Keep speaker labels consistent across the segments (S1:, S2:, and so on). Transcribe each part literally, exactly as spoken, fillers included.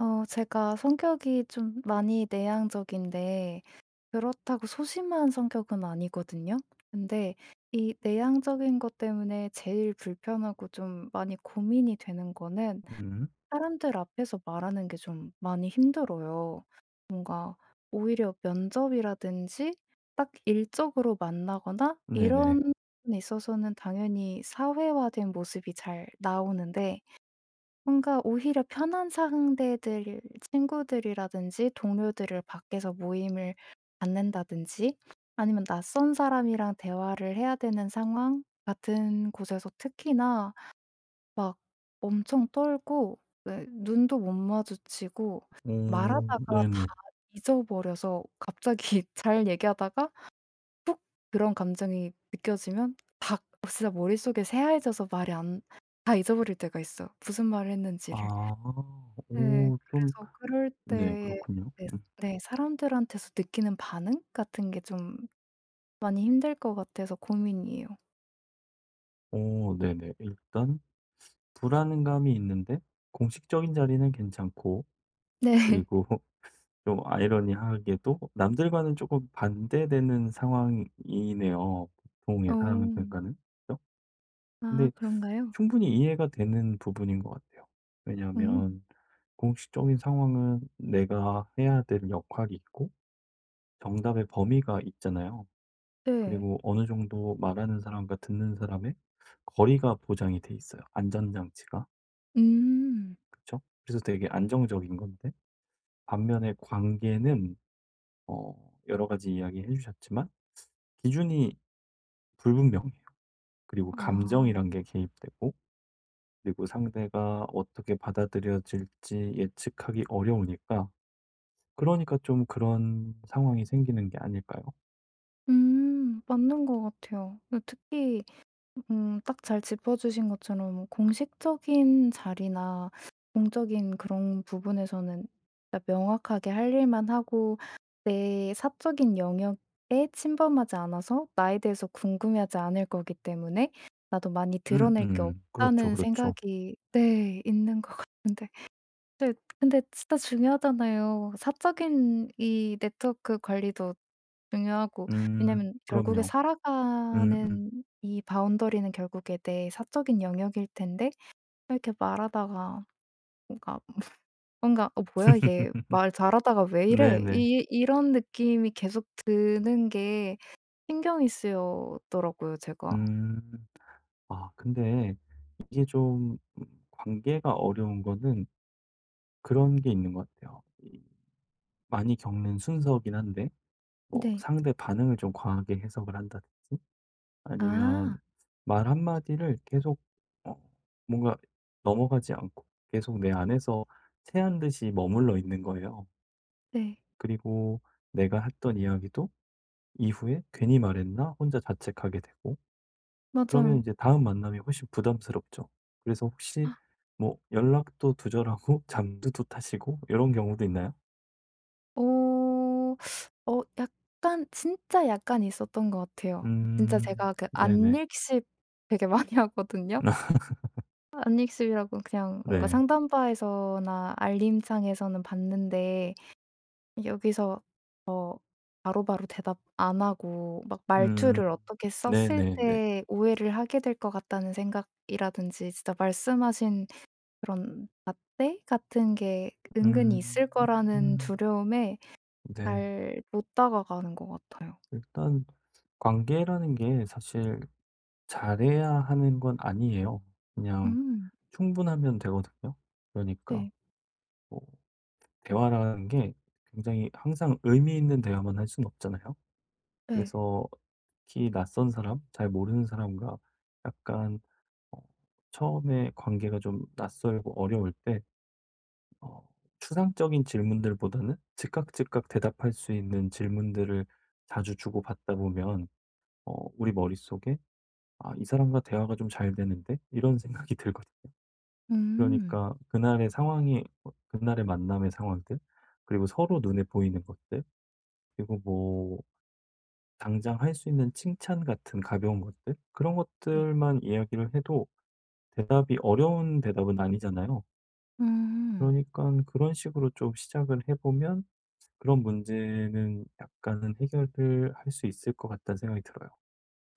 S1: 어 제가 성격이 좀 많이 내향적인데 그렇다고 소심한 성격은 아니거든요. 근데 이 내향적인 것 때문에 제일 불편하고 좀 많이 고민이 되는 거는
S2: 음.
S1: 사람들 앞에서 말하는 게 좀 많이 힘들어요. 뭔가 오히려 면접이라든지 딱 일적으로 만나거나
S2: 네네.
S1: 이런 데 있어서는 당연히 사회화된 모습이 잘 나오는데 뭔가 오히려 편한 상대들 친구들이라든지 동료들을 밖에서 모임을 갖는다든지 아니면 낯선 사람이랑 대화를 해야 되는 상황 같은 곳에서 특히나 막 엄청 떨고, 네, 눈도 못 마주치고
S2: 오,
S1: 말하다가 다
S2: 네네.
S1: 잊어버려서 갑자기 잘 얘기하다가 푹 그런 감정이 느껴지면 다, 진짜 머릿속에 새하얘져서 말이 안, 다 잊어버릴 때가 있어 무슨 말을
S2: 아.
S1: 했는지를. 네.
S2: 오, 좀,
S1: 그래서 그럴
S2: 네,
S1: 때
S2: 그렇군요.
S1: 네.
S2: 음.
S1: 네. 사람들한테서 느끼는 반응 같은 게 좀 많이 힘들 것 같아서 고민이에요.
S2: 오, 네네. 일단 불안감이 있는데 공식적인 자리는 괜찮고,
S1: 네.
S2: 그리고 좀 아이러니하게도 남들과는 조금 반대되는 상황이네요,
S1: 어.
S2: 보통의 상황들과는. 그죠?
S1: 아,
S2: 근데
S1: 그런가요?
S2: 충분히 이해가 되는 부분인 것 같아요.
S1: 음.
S2: 왜냐하면 공식적인 상황은 내가 해야 될 역할이 있고 정답의 범위가 있잖아요.
S1: 네.
S2: 그리고 어느 정도 말하는 사람과 듣는 사람의 거리가 보장이 돼 있어요, 안전장치가.
S1: 음.
S2: 그쵸? 그래서 되게 안정적인 건데, 반면에 관계는 어 여러 가지 이야기해 주셨지만 기준이 불분명해요. 그리고
S1: 아.
S2: 감정이란 게 개입되고, 그리고 상대가 어떻게 받아들여질지 예측하기 어려우니까, 그러니까 좀 그런 상황이 생기는 게 아닐까요?
S1: 음. 맞는 것 같아요. 그 특히 음 딱 잘 짚어 주신 것처럼 공식적인 자리나 공적인 그런 부분에서는 진짜 명확하게 할 일만 하고 내 사적인 영역에 침범하지 않아서 나에 대해서 궁금해하지 않을 거기 때문에 나도 많이 드러낼 게
S2: 음음. 그렇죠,
S1: 없다는
S2: 그렇죠.
S1: 생각이, 네, 있는 것 같은데. 네. 근데 진짜 중요하잖아요. 사적인 이 네트워크 관리도 중요하고
S2: 음.
S1: 왜냐면 결국에
S2: 그럼요. 음음.
S1: 살아가는 이 바운더리는 결국에 내 사적인 영역일 텐데 이렇게 말하다가 뭔가 뭔가 '어 뭐야 얘 말 잘하다가 왜 이래?'
S2: 네네.
S1: 이 이런 느낌이 계속 드는 게 신경이 쓰였더라고요 제가.
S2: 음. 아, 근데 이게 좀 음 관계가 어려운 거는 그런 게 있는 것 같아요. 이 많이 겪는 순서긴 한데, 뭐
S1: 네.
S2: 상대 반응을 좀 과하게 해석을 한다든지, 아니면
S1: 아.
S2: 말 한마디를 계속 어 뭔가 넘어가지 않고 계속 내 안에서 체한 듯이 머물러 있는 거예요.
S1: 네.
S2: 그리고 내가 했던 이야기도 이후에 '괜히 말했나?' 혼자 자책하게 되고, 그러면
S1: 맞아요.
S2: 이제 다음 만남이 훨씬 부담스럽죠. 그래서 혹시 뭐 연락도 두절하고 잠도 또 타시고 이런 경우도 있나요?
S1: 어. 어 약간 진짜 약간 있었던 것 같아요. 진짜
S2: 음.
S1: 제가 그
S2: 네네.
S1: 안읽씹 되게 많이 하거든요. 안읽씹이라고 그냥 뭔가
S2: 네.
S1: 상담바에서나 알림창에서는 봤는데 여기서 바로바로 대답 안 하고 막
S2: 음.
S1: 말투를 어떻게 썼을
S2: 네네네.
S1: 때 오해를 하게 될 것 같다는 생각이라든지 진짜 말씀하신 그런 잣대 같은 게 은근히
S2: 음.
S1: 있을 거라는 두려움에
S2: 네.
S1: 잘 못 다가가는 것 같아요.
S2: 일단 관계라는 게 사실 잘해야 하는 건 아니에요. 그냥
S1: 음.
S2: 충분하면 되거든요. 그러니까
S1: 네.
S2: 뭐 대화라는 게 굉장히 항상 의미 있는 대화만 할 수는 없잖아요.
S1: 네.
S2: 그래서 특히 낯선 사람, 잘 모르는 사람과 약간 어 처음에 관계가 좀 낯설고 어려울 때 어 추상적인 질문들보다는 즉각 즉각 대답할 수 있는 질문들을 자주 주고받다 보면 어 우리 머릿속에 '아, 이 사람과 대화가 좀 잘 되는데?' 이런 생각이 들거든요.
S1: 음.
S2: 그러니까 그날의 상황이 어 그날의 만남의 상황들, 그리고 서로 눈에 보이는 것들, 그리고 뭐 당장 할 수 있는 칭찬 같은 가벼운 것들? 그런
S1: 네.
S2: 것들만 이야기를 해도 대답이 어려운 대답은 아니잖아요. 그러
S1: 음.
S2: 니까 그런 식으로 좀 시작을 해 보면 그런 문제는 약간은 해결을 할 수 있을 것 같다는 생각이 들어요.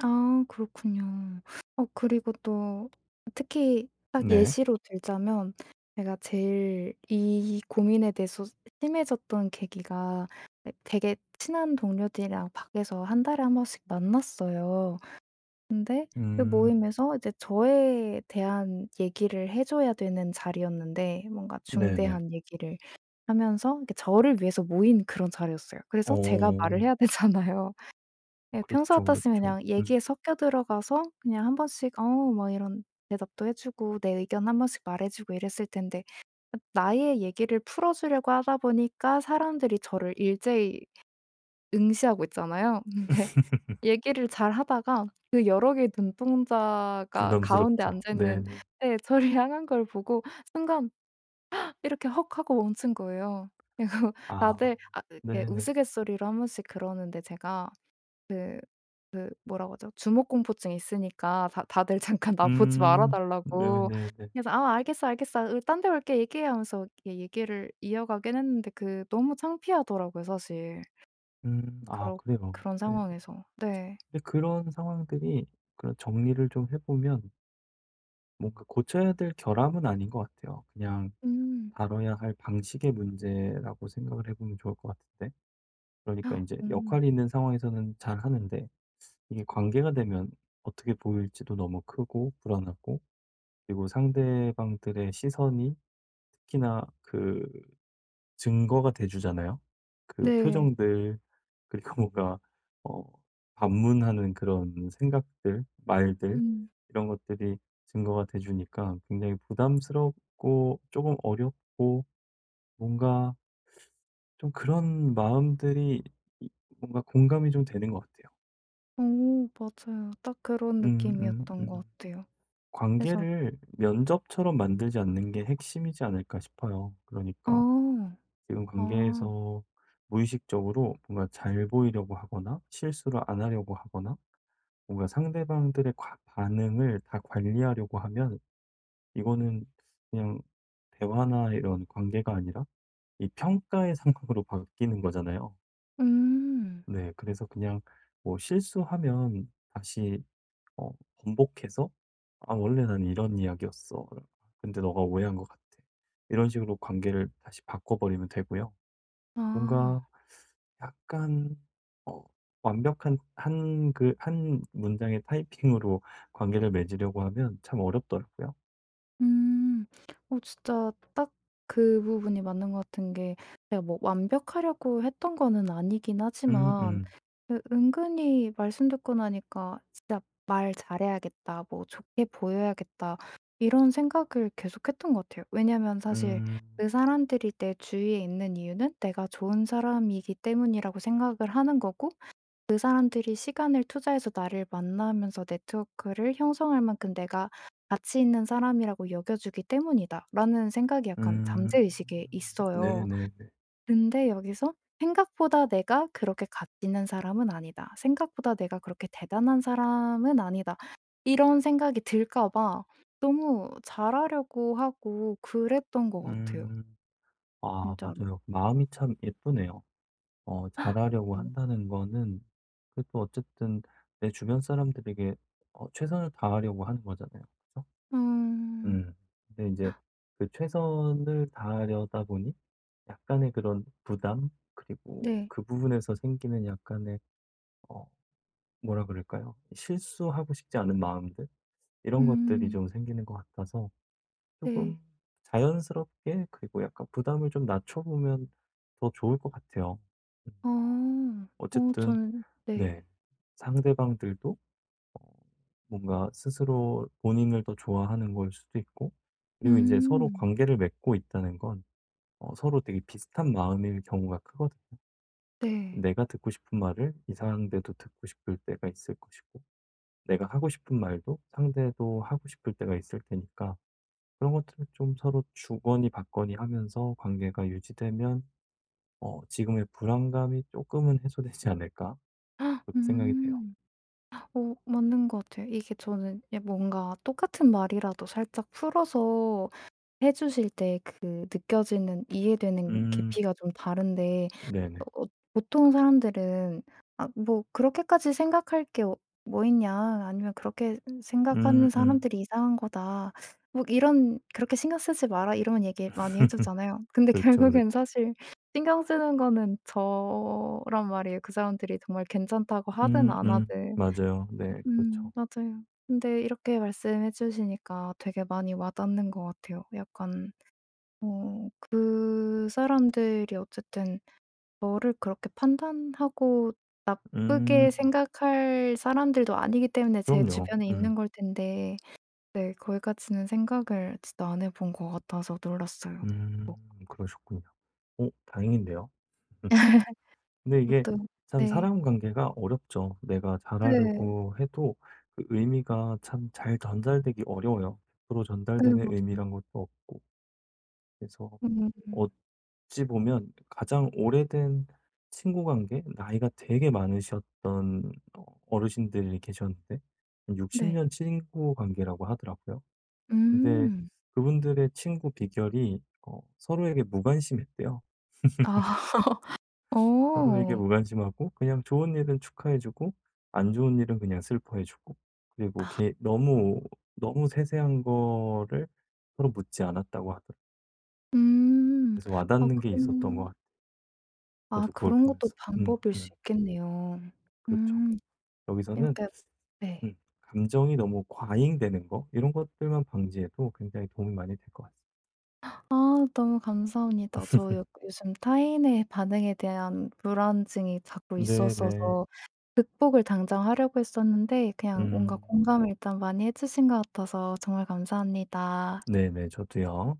S1: 아, 그렇군요. 어 그리고 또 특히 딱
S2: 네.
S1: 예시로 들자면 제가 제일 이 고민에 대해서 심해졌던 계기가, 예, 되게 친한 동료들이랑 밖에서 한 달에 한 번씩 만났어요. 근데 그
S2: 음.
S1: 모임에서 이제 저에 대한 얘기를 해 줘야 되는 자리였는데 뭔가
S2: 네네.
S1: 중대한 얘기를 하면서 이렇게 저를 위해서 모인 그런 자리였어요. 그래서 제가 말을
S2: 어.
S1: 해야 되잖아요. 예, 평소
S2: 그렇죠,
S1: 같았으면
S2: 그렇죠.
S1: 그냥
S2: 음.
S1: 얘기에 섞여 들어가서 그냥 한 번씩 어 뭐 이런 대답도 해 주고 내 의견 한 번씩 말해 주고 이랬을 텐데 나의 얘기를 풀어 주려고 하다 보니까 사람들이 저를 일제히 응시하고 있잖아요. 근데 얘기를 잘하다가 그 여러 개의 눈동자가 가운데
S2: 부담스럽죠.
S1: 앉아 있는,
S2: 네네.
S1: 네, 저를 향한 걸 보고 순간 이렇게 헉 하고 멈춘 거예요.
S2: 아.
S1: 다들 아 이렇게
S2: 네네.
S1: 우스갯소리로 한 번씩 그러는데 제가 그 그 뭐라고 하죠? 주목공포증이 있으니까 다 다들 잠깐 나 보지 말아
S2: 음.
S1: 달라고.
S2: 네네네.
S1: 그래서 "아 알겠어, 알겠어. 딴 데 올게 얘기해." 하면서 이렇게 얘기를 이어가긴 했는데 그 너무 창피하더라고요 사실.
S2: 음. 아,
S1: 그런
S2: 그래요.
S1: 그런
S2: 네.
S1: 상황에서. 네.
S2: 근데 그런 상황들이, 그런 정리를 좀 해보면, 뭔가 고쳐야 될 결함은 아닌 것 같아요. 그냥
S1: 음.
S2: 다뤄야 할 방식의 문제라고 생각을 해보면 좋을 것 같은데. 그러니까
S1: 헉,
S2: 이제
S1: 음.
S2: 역할이 있는 상황에서는 잘 하는데, 이게 관계가 되면 어떻게 보일지도 너무 크고 불안하고, 그리고 상대방들의 시선이 특히나 그 증거가 돼 주잖아요. 그
S1: 네.
S2: 표정들, 그리고 뭔가 어 반문하는 그런 생각들, 말들,
S1: 음.
S2: 이런 것들이 증거가 돼 주니까 굉장히 부담스럽고 조금 어렵고, 뭔가 좀 그런 마음들이, 이 뭔가 공감이 좀 되는 것 같아요.
S1: 오, 맞아요. 딱 그런
S2: 음 음
S1: 느낌이었던 것
S2: 음.
S1: 같아요. 그래서
S2: 관계를 면접처럼 만들지 않는 게 핵심이지 않을까 싶어요.
S1: 어.
S2: 그러니까 지금
S1: 아.
S2: 관계에서 무의식적으로 뭔가 잘 보이려고 하거나 실수를 안 하려고 하거나 뭔가 상대방들의 과- 반응을 다 관리하려고 하면, 이거는 그냥 대화나 이런 관계가 아니라 이 평가의 상황으로 바뀌는 거잖아요.
S1: 음.
S2: 네, 그래서 그냥 뭐 실수하면 다시, 어, 번복해서 '아, 원래 난 이런 이야기였어. 근데 너가 오해한 것 같아.' 이런 식으로 관계를 다시 바꿔버리면 되고요.
S1: 아.
S2: 뭔가 약간 어 완벽한 한 그 한 문장의 타이핑으로 관계를 맺으려고 하면 참 어렵더라고요.
S1: 음. 어 진짜 딱 그 부분이 맞는 것 같은 게 제가 뭐 완벽하려고 했던 거는 아니긴
S2: 음
S1: 하지만
S2: 음.
S1: 그 은근히 말씀 듣고 나니까 '진짜 말 잘해야겠다. 뭐 좋게 보여야겠다.' 이런 생각을 계속했던 것 같아요. 왜냐면 사실 그
S2: 음.
S1: 사람들이 내 주위에 있는 이유는 내가 좋은 사람이기 때문이라고 생각을 하는 거고 그 사람들이 시간을 투자해서 나를 만나면서 네트워크를 형성할 만큼 내가 가치 있는 사람이라고 여겨주기 때문이다.'라는 생각이 약간
S2: 음.
S1: 잠재의식에 있어요.
S2: 네네네.
S1: 근데 여기서 '생각보다 내가 그렇게 가치 있는 사람은 아니다. 생각보다 내가 그렇게 대단한 사람은 아니다.' 이런 생각이 들까 봐 너무 잘하려고 하고 그랬던 것 같아요
S2: 음. 아,
S1: 진짜로.
S2: 맞아요. 마음이 참 예쁘네요. 어 잘하려고
S1: 음.
S2: 한다는 거는 그래도 어쨌든 내 주변 사람들에게 어 최선을 다하려고 하는 거잖아요.
S1: 음.
S2: 음. 근데 이제 그 최선을 다하려다 보니 약간의 그런 부담, 그리고
S1: 네.
S2: 그 부분에서 생기는 약간의 어 뭐라 그럴까요? 실수하고 싶지 않은 마음들, 이런 것들이
S1: 음.
S2: 좀 생기는 것 같아서 조금
S1: 네.
S2: 자연스럽게, 그리고 약간 부담을 좀 낮춰 보면 더 좋을 것 같아요. 음
S1: 어. 어
S2: 어쨌든
S1: 저는 네.
S2: 네, 상대방들도 어, 뭔가 스스로 본인을 더 좋아하는 걸 수도 있고, 그리고 이제 서로
S1: 음.
S2: 관계를 맺고 있다는 건 어, 서로 되게 비슷한 마음일 경우가 크거든요.
S1: 네.
S2: 내가 듣고 싶은 말을 이 상대도 듣고 싶을 때가 있을 것이고, 내가 하고 싶은 말도 상대도 하고 싶을 때가 있을 테니까, 그런 것들을 좀 서로 주거니 받거니 하면서 관계가 유지되면, 어, 지금의 불안감이 조금은 해소되지 않을까?
S1: 헉,
S2: 그렇게 생각이 돼요.
S1: 음. 어 맞는 것 같아요. 이게 저는 야, 뭔가 똑같은 말이라도 살짝 풀어서 해 주실 때 그 느껴지는 이해되는
S2: 음,
S1: 깊이가 좀 다른데
S2: 네네.
S1: 어 보통 사람들은 '아 뭐 그렇게까지 생각할 게 어 뭐 있냐.' 아니면 '그렇게 생각하는
S2: 음, 음.
S1: 사람들이 이상한 거다.' 뭐 이런 '그렇게 신경 쓰지 마라.' 이런 얘기 많이 해 주잖아요. 근데
S2: 그렇죠,
S1: 결국엔
S2: 그렇죠.
S1: 사실 신경 쓰는 거는 저란 말이에요. 그 사람들이 정말 괜찮다고 하든
S2: 음
S1: 안
S2: 음.
S1: 하든.
S2: 맞아요. 네,
S1: 음,
S2: 그렇죠.
S1: 맞아요. 근데 이렇게 말씀해 주시니까 되게 많이 와닿는 것 같아요. 약간 어 그 사람들이 어쨌든 저를 그렇게 판단하고 나쁘게
S2: 음.
S1: 생각할 사람들도 아니기 때문에 제
S2: 그럼요.
S1: 주변에 있는
S2: 음.
S1: 걸 텐데, 네, 거기까지는 생각을 진짜 안 해본 것 같아서 놀랐어요.
S2: 음.
S1: 뭐
S2: 그러셨군요. 오, 다행인데요. 음. 근데 이게
S1: 그것도
S2: 참
S1: 네.
S2: 사람 관계가 어렵죠. 내가
S1: 네.
S2: 잘하려고 해도 그 의미가 참 잘 전달되기 어려워요. 일 프로
S1: 네
S2: 전달되는
S1: 맞아요.
S2: 의미란 것도 없고. 그래서
S1: 음,
S2: 어찌 보면 가장 오래된 친구 관계, 나이가 되게 많으셨던 어, 어르신들이 계셨는데,
S1: 네.
S2: 육십 년 친구 관계라고 하더라고요. 근데
S1: 음.
S2: 그분들의 친구 비결이 어, 서로에게 무관심했대요.
S1: 아.
S2: 서로에게
S1: 어.
S2: 무관심하고, 그냥 좋은 일은 축하해주고, 안 좋은 일은 그냥 슬퍼해주고, 그리고 개- 너무, 너무 세세한 거를 서로 묻지 않았다고 하더라고요.
S1: 음.
S2: 그래서
S1: 아
S2: 와닿는 게 있었던 것
S1: 그런
S2: 같아요,
S1: 아
S2: 저도 그걸
S1: 그런 것도
S2: 보면서. 음,
S1: 방법일 수
S2: 음.
S1: 있겠네요.
S2: 그렇죠.
S1: 음.
S2: 여기서는
S1: 이렇게 네.
S2: 음 감정이 너무 과잉되는 거, 이런 것들만 방지해도 굉장히 도움이 많이 될 것 같습니다.
S1: 아, 너무 감사합니다. 저 요 요즘 타인의 반응에 대한 불안증이 자꾸
S2: 네네.
S1: 있었어서 극복을 당장 하려고 했었는데 그냥 뭔가
S2: 음.
S1: 공감을 일단 많이 해 주신 것 같아서 정말 감사합니다.
S2: 네네. 저도요.